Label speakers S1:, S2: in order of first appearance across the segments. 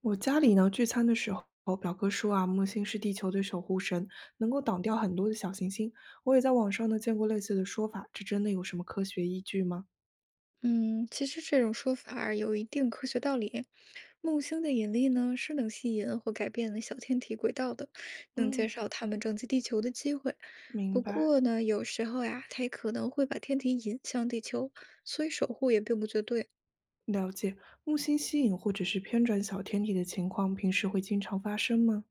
S1: 我家里呢，聚餐的时候，表哥说啊，木星是地球的守护神，能够挡掉很多的小行星。我也在网上呢见过类似的说法，这真的有什么科学依据吗？
S2: 嗯，其实这种说法儿有一定科学道理。木星的引力呢，是能吸引或改变小天体轨道的，能减
S1: 嗯，
S2: 少它们撞击地球的机会。
S1: 明
S2: 不
S1: 白，
S2: 过呢，有时候呀，它也可能会把天体引向地球，所以守护也并不绝对。
S1: 了解。木星吸引或者是偏转小天体的情况，平时会经常发生吗？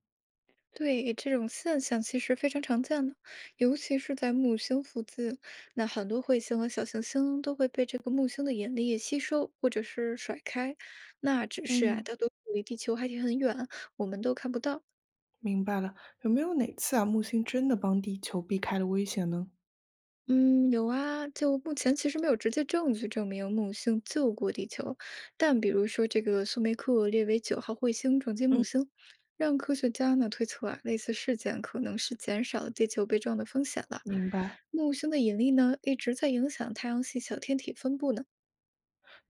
S2: 对，这种现象其实非常常见的，尤其是在木星附近，那很多彗星和小行星都会被这个木星的引力吸收或者是甩开。那只是啊，
S1: 嗯，
S2: 大多数离地球还挺很远，我们都看不到。
S1: 明白了。有没有哪次啊，木星真的帮地球避开了危险呢？
S2: 嗯，有啊，就目前其实没有直接证据证明木星救过地球，但比如说这个苏梅克列维九号彗星撞击木星，让科学家呢推测啊，类似事件可能是减少了地球被撞的风险了。
S1: 明白。
S2: 木星的引力呢一直在影响太阳系小天体分布呢。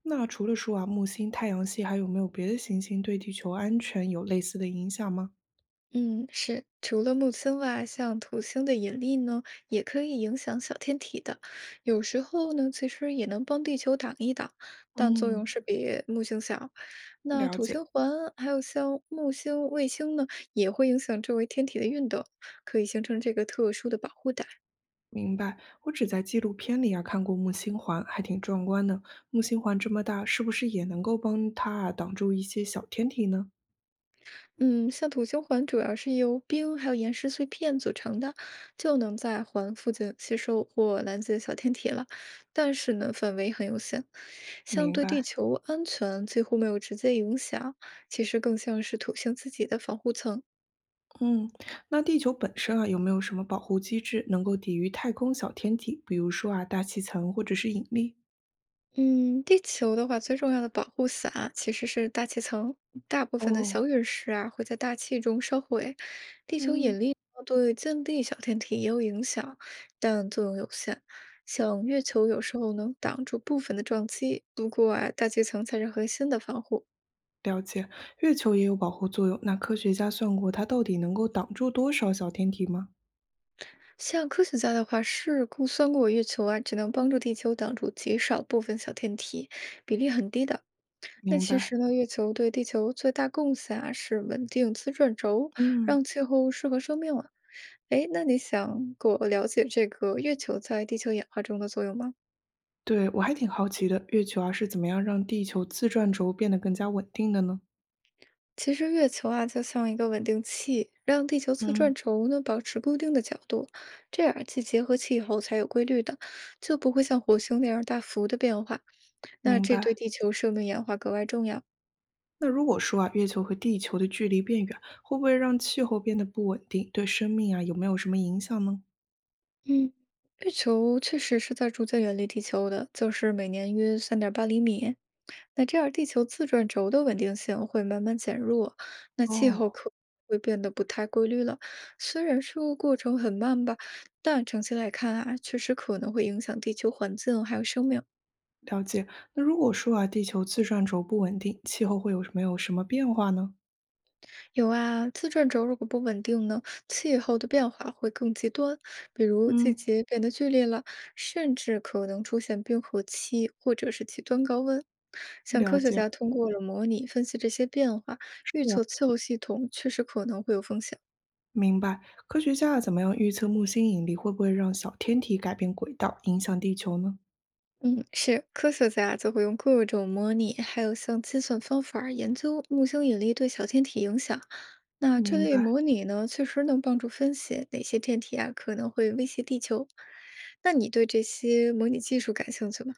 S1: 那除了说啊，木星、太阳系还有没有别的行星对地球安全有类似的影响吗？
S2: 嗯，是，除了木星外，像土星的引力呢，也可以影响小天体的。有时候呢，其实也能帮地球挡一挡，但作
S1: 嗯，
S2: 用是比木星小。那
S1: 了
S2: 土星
S1: 解。
S2: 环还有像木星、卫星呢，也会影响周围天体的运动，可以形成这个特殊的保护带。
S1: 明白，我只在纪录片里啊看过木星环，还挺壮观的。木星环这么大，是不是也能够帮它啊挡住一些小天体呢？
S2: 嗯，像土星环主要是由冰还有岩石碎片组成的，就能在环附近吸收或拦截小天体了。但是呢，范围很有限，相
S1: 明
S2: 对地
S1: 白，
S2: 球安全几乎没有直接影响，其实更像是土星自己的防护层。
S1: 嗯，那地球本身啊有没有什么保护机制能够抵御太空小天体，比如说啊大气层或者是引力？
S2: 嗯，地球的话，最重要的保护伞啊其实是大气层。大部分的小
S1: 哦，
S2: 陨石啊，会在大气中烧毁。地球
S1: 嗯，
S2: 引力呢对近地小天体也有影响，但作用有限。像月球有时候能挡住部分的撞击，不过啊，大气层才是核心的防护。
S1: 了解。月球也有保护作用，那科学家算过它到底能够挡住多少小天体吗？
S2: 像科学家的话，是估算过月球啊，只能帮助地球挡住极少部分小天体，比例很低的。那
S1: 明
S2: 其
S1: 白，
S2: 实呢，月球对地球最大贡献啊是稳定自转轴，
S1: 嗯。
S2: 让气候适合生命啊。哎，那你想过了解这个月球在地球演化中的作用吗？
S1: 对，我还挺好奇的，月球啊是怎么样让地球自转轴变得更加稳定的呢？
S2: 其实月球啊就像一个稳定器，让地球自
S1: 嗯，
S2: 转轴呢保持固定的角度，这样季节和气候才有规律的，就不会像火星那样大幅的变化。那
S1: 明
S2: 这对
S1: 白。
S2: 地球生命演化格外重要。
S1: 那如果说啊，月球和地球的距离变远，会不会让气候变得不稳定，对生命啊有没有什么影响呢？
S2: 嗯，月球确实是在逐渐远离地球的，就是每年约3.8厘米。那这样，地球自转轴的稳定性会慢慢减弱，那气候
S1: 哦，
S2: 可会变得不太规律了。虽然说过程很慢吧，但长期来看啊，确实可能会影响地球环境还有生命。
S1: 了解。那如果说啊，地球自转轴不稳定，气候会有没有什么变化呢？
S2: 有啊，自转轴如果不稳定呢，气候的变化会更极端，比如季
S1: 嗯，
S2: 节变得剧烈了，甚至可能出现冰河期或者是极端高温。像
S1: 了
S2: 科学家
S1: 解，
S2: 通过了模拟分析这些变化，
S1: 是
S2: 预
S1: 啊，
S2: 测气候系统确实可能会有风险。
S1: 明白。科学家啊怎么样预测木星引力会不会让小天体改变轨道，影响地球呢？
S2: 嗯，是科学家就会用各种模拟，还有像计算方法儿研究木星引力对小天体影响。那这
S1: 明
S2: 类
S1: 白。
S2: 模拟呢，确实能帮助分析哪些天体啊可能会威胁地球。那你对这些模拟技术感兴趣吗？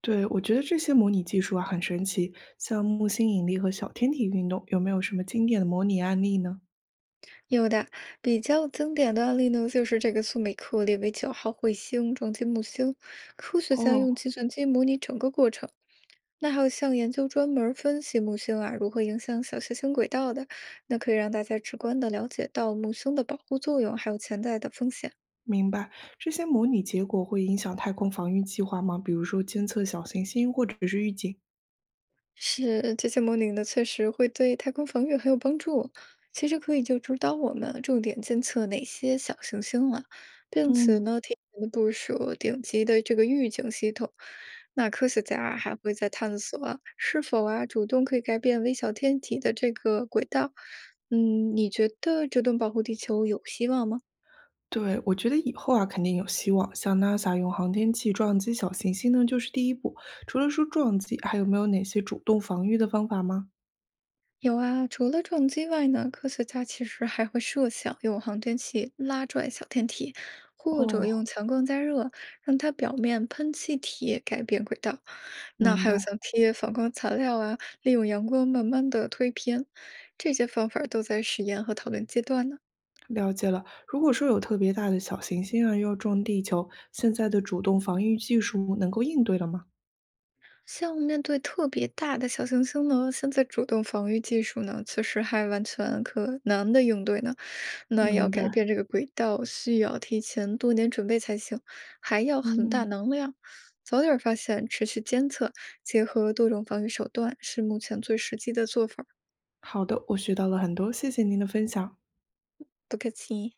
S1: 对，我觉得这些模拟技术啊很神奇，像木星引力和小天体运动，有没有什么经典的模拟案例呢？
S2: 有的，比较经典的案例呢，就是这个苏美克列维九号彗星撞击木星，科学家
S1: 哦，
S2: 用计算机模拟整个过程。那还有像研究专门儿分析木星啊如何影响小行星轨道的，那可以让大家直观的了解到木星的保护作用，还有潜在的风险。
S1: 明白，这些模拟结果会影响太空防御计划吗？比如说监测小行星或者是预警？
S2: 是，这些模拟呢，确实会对太空防御很有帮助。其实可以就指导我们重点监测哪些小行星了，并且
S1: 嗯，
S2: 呢，提前的部署顶级的这个预警系统。那科学家啊还会在探索啊是否啊主动可以改变微小天体的这个轨道。嗯，你觉得这顿保护地球有希望吗？
S1: 对，我觉得以后啊肯定有希望，像 NASA 用航天器撞击小行星呢，就是第一步。除了说撞击，还有没有哪些主动防御的方法吗？
S2: 有啊，除了撞击外呢，科学家其实还会设想用航天器拉拽小天体，或者用
S1: 哦，
S2: 强光加热让它表面喷气体改变轨道。那
S1: 明
S2: 还有
S1: 白。
S2: 像贴反光材料啊，利用阳光慢慢的推偏，这些方法都在实验和讨论阶段呢。
S1: 了解了。如果说有特别大的小行星啊，又要撞地球，现在的主动防御技术能够应对了吗？
S2: 像面对特别大的小行星呢，现在主动防御技术呢，确实还完全可难的应对呢。那要
S1: 明白，
S2: 改变这个轨道，需要提前多年准备才行，还要很大
S1: 嗯。
S2: 能量。早点发现，持续监测，结合多种防御手段，是目前最实际的做法儿。
S1: 好的，我学到了很多，谢谢您的分享。
S2: 不客气。